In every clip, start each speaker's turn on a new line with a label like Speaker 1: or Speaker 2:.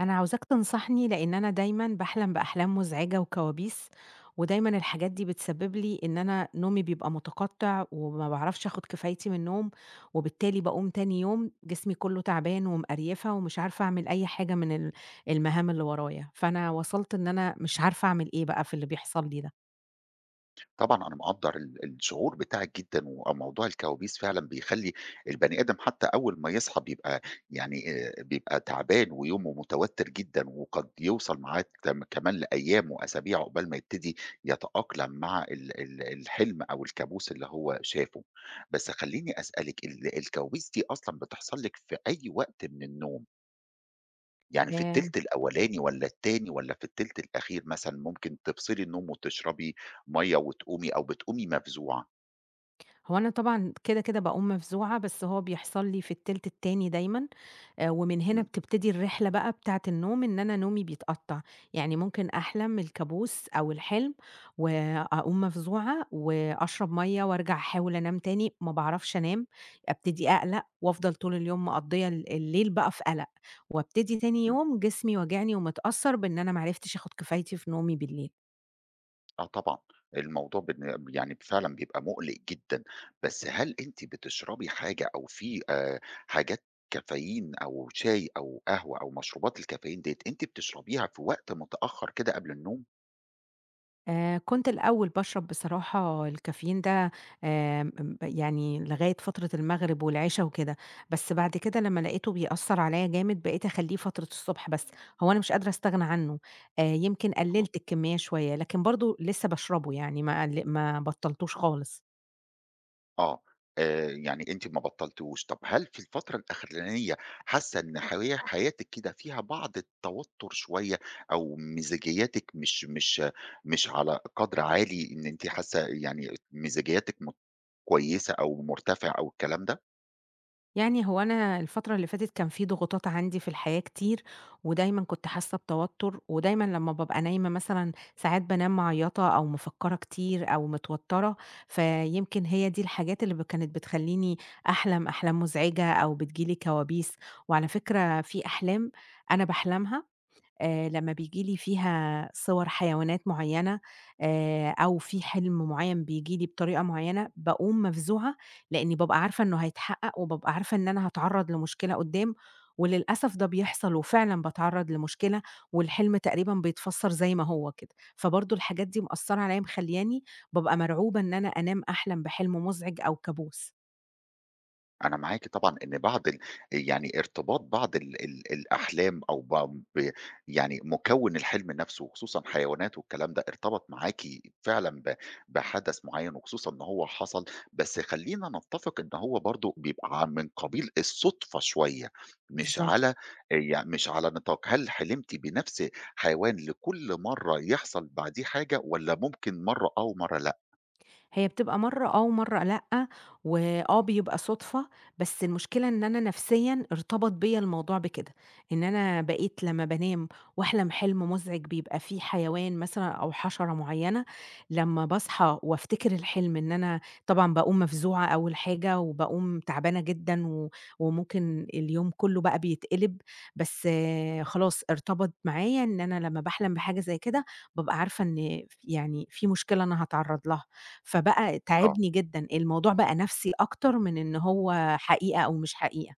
Speaker 1: أنا عاوزاك تنصحني، لإن أنا دايمًا باحلم بأحلام مزعجة وكوابيس، ودايمًا الحاجات دي بتسبب لي إن أنا نومي بيبقى متقطع، وما باعرفش آخد كفايتي من النوم، وبالتالي باقوم تاني يوم جسمي كله تعبان ومقريفة، ومش عارفة أعمل أي حاجة من المهام اللي ورايا، فأنا وصلت إن أنا مش عارفة أعمل إيه بقى في اللي بيحصل لي ده.
Speaker 2: طبعًا أنا مقدّر الشعور بتاعِك جدًا، وموضوع الكوابيس فعلًا بيخلّي البني آدم حتى أول ما يصحى يعني بيبقى تعبان ويومه متوتر جدًا، وقد يوصل معاه كمان لأيام وأسابيع عقبال ما يبتدي يتأقلم مع ال ال الحلم أو الكابوس اللي هو شافه. بس خلّيني أسألِك الكوابيس دي أصلًا بتحصل لِك في أي وقت من النوم؟ يعني في
Speaker 1: ياه!
Speaker 2: التلت الأولاني والّا التاني والّا في التلت الأخير مثلًا ممكن تفصلي النوم وتشربي مَيّة وتقومي، أو بتقومي مفزوعة؟
Speaker 1: هو أنا طبعًا كده، كده باقوم مفزوعة، بس هو بيحصل لي في التلت التاني دايمًا، ومن هنا
Speaker 2: إمم.
Speaker 1: بتبتدي الرحلة بقى بتاعة النوم، إن أنا نومي بيتقطّع، يعني ممكن أحلم الكابوس أو الحلم وأقوم مفزوعة وأشرب مَيّة وأرجع أحاول أنام تاني، ما باعرفش أنام، أبتدي أقلق وأفضل طول اليوم مقضية الليل بقى في قلق، وأبتدي تاني
Speaker 2: إمم.
Speaker 1: يوم جسمي واجعني ومتأثّر بإن أنا ما عرفتش آخُد كفايتي في نومي بالليل.
Speaker 2: آه، طبعًا. الموضوع يعني فعلًا بيبقى مُقلِق جدًا، بس هل أنتِ بتشربي حاجة، أو في حاجات كافيين أو شاي أو قهوة أو مشروبات الكافيين ديّة أنتِ بتشربيها في وقت متأخر كده قبل النوم؟
Speaker 1: كنت الأول باشرب بصراحة الكافيين ده آمم م يعني لغاية فترة المغرب والعِشا وكده، بس بعد كده لمّا لقيته بيأثّر عليّا جامد بقيت أخلّيه فترة الصبح بس، هو أنا مش قادرة أستغنى عنه، يمكن قلّلت الكمية شوية، لكن برضه لسه باشربه يعني ما قل ما بطّلتوش خالص.
Speaker 2: آه. يعني أنتِ ما بطّلتوش. طَب هل في الفترة الأخرانية حاسة إن حياتِك كده فيها بعض التوتُّر شوية، أو مزاجيّاتِك مش على قدْر عالي، إن أنتِ حاسة يعني مزاجيّاتِك كويسة أو مرتفع أو الكلام ده؟
Speaker 1: يعني هو أنا الفترة اللي فاتت كان في ضغوطات عندي في الحياة كتير، ودايمًا كنت حاسة بتوتر، ودايمًا لمّا بابقى نايمة مثلًا ساعات بانام معيّطة أو مفكرة كتير أو متوترة، فيمكن هي دي الحاجات اللي كانت بتخلّيني أحلم أحلام مزعجة أو بتيجي لي كوابيس، وعلى فكرة في أحلام أنا باحلمها لمّا بييجي لي فيها صور حيوانات معيّنة أو في حلم معيّن بييجي لي بطريقة معيّنة، باقوم مفزوعة لإني بابقى عارفة إنه هيتحقق وبابقى عارفة إن أنا هاتعرّض لمشكلة قُدّام، وللأسف ده بيحصل وفعلًا باتعرّض لمشكلة والحلم تقريبًا بيتفسّر زي ما هو كده، فبرضه الحاجات دي مأثّرة عليّا مخلّياني بابقى مرعوبة إن أنا أنام أحلم بحلم مُزعج أو كابوس.
Speaker 2: أنا معاكِ طبعًا إن بعض يعني ارتباط بعض ال ال الأحلام أو ب ب يعني مكوِّن الحلم نفسه، خصوصًا حيوانات والكلام ده، ارتبط معاكِ فعلًا بحدث معيّن، وخصوصًا إن هو حصل، بس خلّينا نتّفق إن هو برضه بيبقى من قبيل الصُدفة شوية، مش
Speaker 1: بالضبط.
Speaker 2: على مش على نطاق هل حلمتِ بنفس حيوان لكل مرّة يحصل بعديه حاجة، والّا ممكن مرّة آه ومرّة لأ؟
Speaker 1: هي بتبقى مرّة آه ومرّة لأ، وآه بيبقى صُدفة، بس المشكلة إن أنا نفسيًا ارتبط بيّا الموضوع بكده، إن أنا بقيت لمّا بانام وأحلم حلم مُزعج بيبقى فيه حيوان مثلًا أو حشرة معيّنة، لمّا باصحى وافتكر الحلم إن أنا طبعًا باقوم مفزوعة أول حاجة، وباقوم تعبانة جدًا و وممكن اليوم كلّه بقى بيتقلب، بس آه، خلاص ارتبط معايا إن أنا لمّا باحلم بحاجة زي كده، بابقى عارفة إن ف يعني في مشكلة أنا هاتعرّض لها. فبقى
Speaker 2: آه.
Speaker 1: تعبني جدًا، الموضوع بقى نَفْسي أكتر من إن هو حقيقة أو مش حقيقة.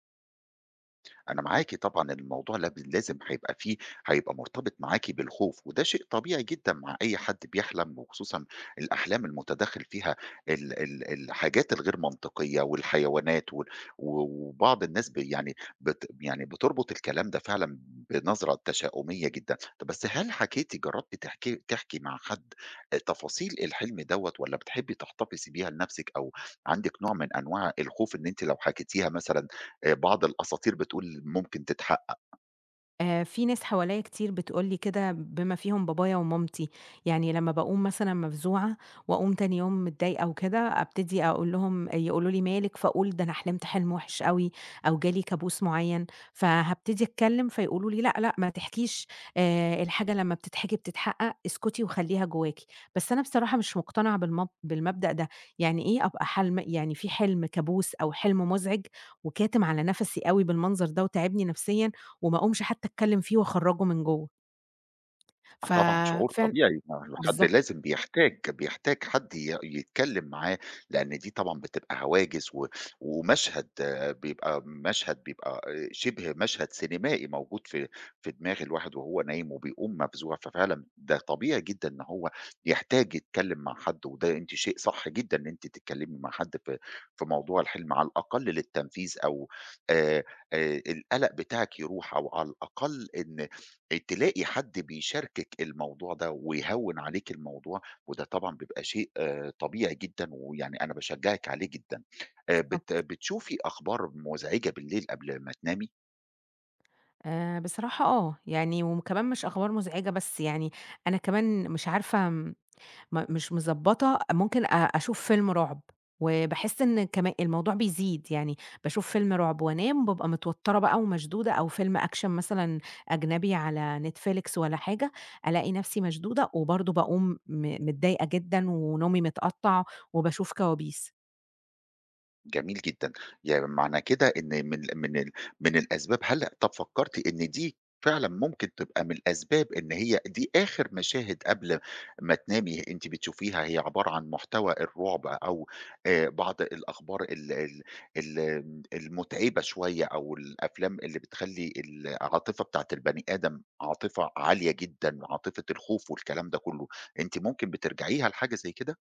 Speaker 2: أنا معاكِ طبعًا الموضوع لازم هيبقى مرتبط معاكِ بالخوف، وده شيء طبيعي جدًا مع أي حد بيحلم، وخصوصًا الأحلام المتداخل فيها ال ال الحاجات الغير منطقية والحيوانات، وال- و وبعض الناس ب يعني بت يعني بتربط الكلام ده فعلًا بنظرة تشاؤمية جدًا. طب بس هل جربتِ تحكي مع حد تفاصيل الحلم دوّة، والّا بتحبي تحتفظي بيها لنفسِك، أو عندِك نوع من أنواع الخوف إن أنتِ لو حكيتيها مثلًا بعض الأساطير بتقول ممكن تتحقق؟
Speaker 1: في ناس حواليّا كتير بتقول لي كده بما فيهم بابايا ومامتي، يعني لمّا باقوم مثلًا مفزوعة وأقوم تاني يوم متضايقة وكده، أبتدي أقول لهم يقولوا لي: "مالِك؟" فأقول: "ده أنا حلمت حلم وحِش أوي أو جالي كابوس معيّن." فهابتدي أتكلّم فيقولوا لي: "لأ، لأ، ما تحكيش، الحاجة لمّا بتتحكي بتتحقق، اسكتي وخلّيها جواكِ." بس أنا بصراحة مش مقتنعة بالمبدأ ده، يعني إيه أبقى حلم يعني في حلم كابوس أو حلم مُزعِج وكاتم على نَفَسي أوي بالمنظر ده وتاعبني نفسيًا، وما أقومش حتى أتكلّم فيه وأخرّجه من جوّه.
Speaker 2: آه، طبعًا شعور
Speaker 1: ففعل
Speaker 2: طبيعي، ما آه. الحد
Speaker 1: بالضبط،
Speaker 2: لازم بيحتاج حد يتكلّم معاه، لإن دي طبعًا بتبقى هواجس، ومشهد بيبقى مشهد، بيبقى شِبه مشهد سينمائي موجود في دماغ الواحد وهو نايم وبيقوم مفزوع، ففعلًا ده طبيعي جدًا إن هو يحتاج يتكلّم مع حد، وده أنتِ شيء صح جدًا إن أنتِ تتكلّمي مع حد في موضوع الحلم، على الأقل للتنفيذ أو آآ القلق بتاعِك يروح، أو على الأقل إن تلاقي حد بيشاركِك الموضوع ده ويهوّن عليكِ الموضوع، وده طبعًا بيبقى شيء طبيعي جدًا، ويعني أنا باشجّعِك عليه جدًا. بت
Speaker 1: بالضبط.
Speaker 2: بتشوفي أخبار مزعجة بالليل قبل ما تنامي؟
Speaker 1: بصراحة آه، يعني وكمان مش أخبار مزعجة بس يعني أنا كمان مش عارفة مش مضبّطة ممكن أشوف فيلم رعب، وباحس إن كما الموضوع بيزيد، يعني باشوف فيلم رعب وأنام بابقى متوتّرة بقى ومشدودة أو فيلم أكشن مثلًا أجنبي على Netflix والّا حاجة، ألاقي نَفْسي مشدودة وبرضه باقوم متضايقة جدًا ونومي متقطّع وباشوف كوابيس.
Speaker 2: جميل جدًا. يعني معنى كده إن من الأسباب، هل طب فكرتِ إن دي فعلًا ممكن تبقى من الأسباب، إن هي دي آخر مشاهد قبل ما تنامي أنتِ بتشوفيها، هي عبارة عن محتوى الرعب، أو بعض الأخبار ال ال ال المتعبة شوية، أو الأفلام اللي بتخلّي العاطفة بتاعة البني آدم عاطفة عالية جدًا، عاطفة الخوف والكلام ده كله، أنتِ ممكن بترجعيها لحاجة زي كده؟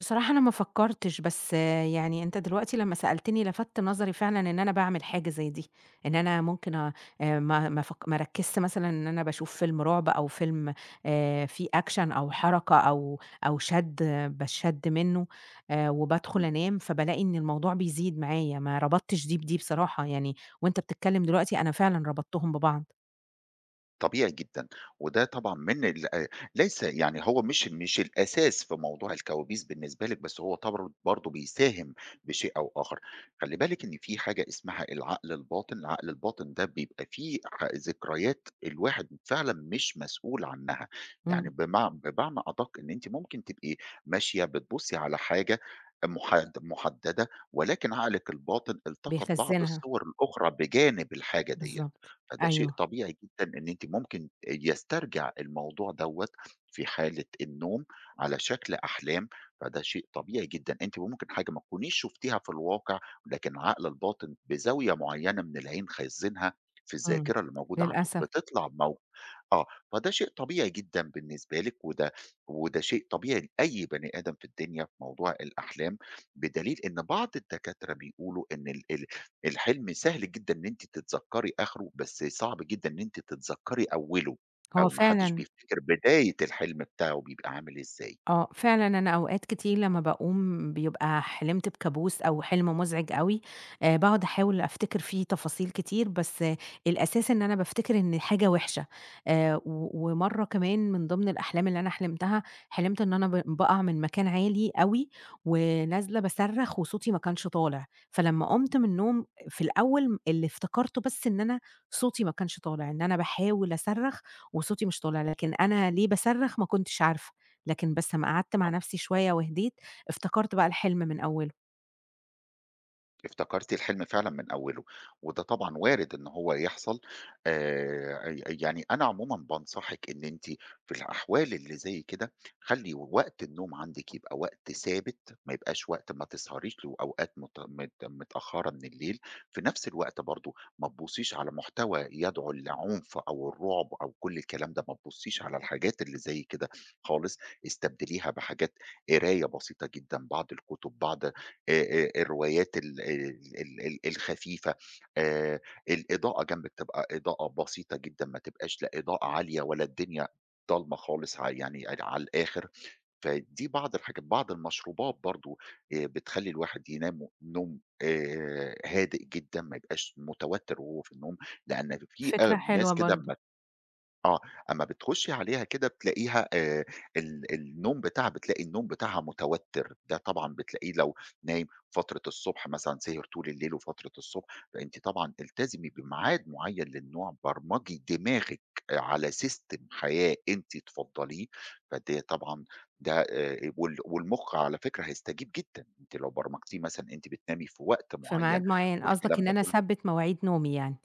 Speaker 1: بصراحة أنا ما فكّرتش، بس يعني أنت دلوقتي لمّا سألتني لَفَتت نظري فعلًا إن أنا باعمل حاجة زي دي، إن أنا ممكن أ ما ما فك ما ركّزت مثلًا إن أنا باشوف فيلم رعب أو فيلم فيه أكشن أو حركة أو أو شَد باتشَد منّه وبادخل
Speaker 2: إمم.
Speaker 1: أنام، فبالاقي إن الموضوع بيزيد معايا، ما ربطتش دي بدي بصراحة يعني، وأنت بتتكلّم دلوقتي أنا فعلًا ربطتهم ببعض،
Speaker 2: طبيعي جدًا، وده طبعًا من ال ليس يعني هو مش الأساس في موضوع الكوابيس بالنسبة لِك، بس هو طبعًا برضه بيساهم بشيء أو آخر. خلّي بالِك إن في حاجة اسمها العقل الباطن، العقل الباطن ده بيبقى فيه ذكريات الواحد فعلًا مش مسؤول عنها، يعني
Speaker 1: إمم،
Speaker 2: بمعنى أدق إن أنتِ ممكن تبقي ماشية بتبُصّي على حاجة محددة، ولكن عقلِك الباطن التقط بعض
Speaker 1: بيخزّنها،
Speaker 2: الصور الأخرى بجانب الحاجة ديّة.
Speaker 1: بالضبط،
Speaker 2: فده شيء
Speaker 1: أيوه،
Speaker 2: طبيعي جدًا إن أنتِ ممكن يسترجع الموضوع دوّة في حالة النوم على شكل أحلام، فده شيء طبيعي جدًا. أنتِ ممكن حاجة ما تكونيش شُفتيها في الواقع، لكن العقل الباطن بزاوية معيّنة من العين خزّنها في
Speaker 1: إمم،
Speaker 2: الذاكرة اللي موجودة عنده،
Speaker 1: للأسف،
Speaker 2: بتطلع آه. فده شيء طبيعي جدًا بالنسبة لِك، وده شيء طبيعي لأي بني آدم في الدنيا في موضوع الأحلام، بدليل إن بعض الدكاترة بيقولوا إن ال ال الحلم سهل جدًا إن أنتِ تتذكّري آخره، بس صعب جدًا إن أنتِ تتذكّري أوّله،
Speaker 1: هو
Speaker 2: أو ما حدش
Speaker 1: فعلًا
Speaker 2: بيفتكر بداية الحلم بتاعه بيبقى عامل إزاي.
Speaker 1: آه، فعلًا أنا أوقات كتير لمّا باقوم بيبقى حلمت بكابوس أو حلم مزعج أوي، باقعد أحاول أفتكر فيه تفاصيل كتير، بس آه الأساس إن أنا بافتكر إن حاجة وِحشة، و ومرّة كمان من ضمن الأحلام اللي أنا حلمتها، حلمت إن أنا باقع من مكان عالي أوي، ونازلة باصرّخ وصوتي ما كانش طالع، فلمّا قُمت من النوم في الأول اللي افتكرته بس إن أنا صوتي ما كانش طالع، إن أنا باحاول أصرّخ وصوتي مش طالع، لكن أنا ليه باصرّخ ما كنتش عارفة. لكن بس أمّا قعدت مع نفسي شوية وهديت، افتكرت بقى الحلم من أوله.
Speaker 2: افتكرتِ الحلم فعلًا من أوله، وده طبعًا وارد إن هو يحصل. ي يعني أنا عمومًا بانصحِك إن أنتِ في الأحوال اللي زي كده، خلّي وقت النوم عندِك يبقى وقت ثابت، ما يبقاش وقت ما تسهريش له أوقات مت مت متأخرة من الليل، في نفس الوقت برضه ما تبصيش على محتوى يدعو للعنف أو الرعب أو كل الكلام ده، ما تبصيش على الحاجات اللي زي كده خالص، استبدليها بحاجات قراية بسيطة جدًا، بعض الكتب، بعض الروايات ال ال ال ال الخفيفة، آآ الإضاءة جنبِك تبقى إضاءة بسيطة جدًا، ما تبقاش لا إضاءة عالية ولا الدنيا ضلمة خالص ع يعني ال على الآخر، فدي بعض الحاجات، بعض المشروبات برضه بتخلّي الواحد ينام نوم هادئ جدًا، ما يبقاش متوتر وهو في النوم، لأن في
Speaker 1: فكرة حلوة
Speaker 2: ناس كده،
Speaker 1: برضه.
Speaker 2: آه، أمّا بتخُشّي عليها كده بتلاقي النوم بتاعها متوتّر، ده طبعًا بتلاقيه لو نايم فترة الصبح مثلًا سهر طول الليل وفترة الصبح، فأنتِ طبعًا التزمي بميعاد معيّن للنوع، برمجي دماغِك على system حياة أنتِ تفضّليه، فده طبعًا ده وال والمُخ على فكرة هيستجيب جدًا، أنتِ لو برمجتيه مثلًا أنتِ بتنامي في وقت
Speaker 1: في
Speaker 2: معيّن
Speaker 1: ميعاد معيّن، قصدك
Speaker 2: والكلام
Speaker 1: إن
Speaker 2: ده
Speaker 1: أنا
Speaker 2: كُلّه.
Speaker 1: أثبِّت مواعيد نومي يعني.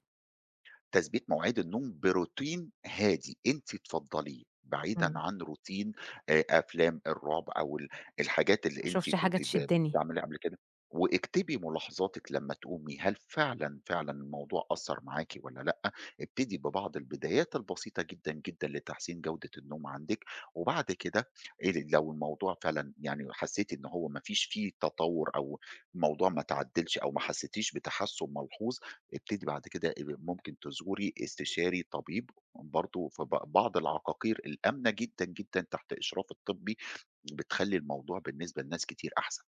Speaker 2: تثبيت مواعيد النوم بروتين هادي، أنتِ تفضّليه، بعيدًا
Speaker 1: إمم.
Speaker 2: عن روتين أفلام الرعب أو الحاجات اللي
Speaker 1: ما
Speaker 2: أنتِ
Speaker 1: أشوفش حاجة
Speaker 2: كنتِ ب
Speaker 1: تشدّني.
Speaker 2: بتستعمليها قبل كده، واكتبي ملاحظاتِك لمّا تقومي، هل فعلًا، فعلًا الموضوع أثّر معاكِ والّا لأ؟ ابتدي ببعض البدايات البسيطة جدًا، جدًا لتحسين جودة النوم عندِك، وبعد كده لو الموضوع فعلًا يعني حسيتِ إن هو ما فيش فيه تطوّر، أو الموضوع ما تعدّلش أو ما حسيتيش بتحسُّن ملحوظ، ابتدي بعد كده ممكن تزوري استشاري طبيب، برضه في بعض العقاقير الآمنة جدًا، جدًا تحت إشراف الطبّي، بتخلّي الموضوع بالنسبة لناس كتير أحسن.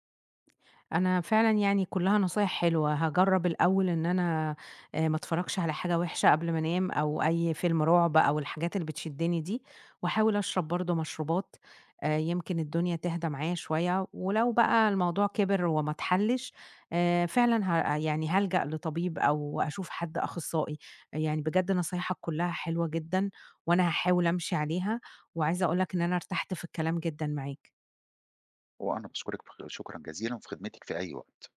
Speaker 1: أنا فعلًا يعني كلّها نصايح حلوة، هاجرّب الأول إن أنا ما اتفرّجش على حاجة وِحشة قبل ما أنام أو أي فيلم رعب أو الحاجات اللي بتشدّني دي، واحاول أشرب برضه مشروبات يمكن الدنيا تهدى معايا شوية، ولو بقى الموضوع كِبِر وما اتحلّش فعلًا يعني هالجأ لطبيب أو أشوف حد أخصائي، يعني بجد نصايحك كلّها حلوة جدًا وأنا هاحاول أمشي عليها، وعايزة أقول لك إن أنا ارتحت في الكلام جدًا معاك.
Speaker 2: وأنا باشكرِك شكرًا جزيلًا وفي خدمتِك في أي وقت.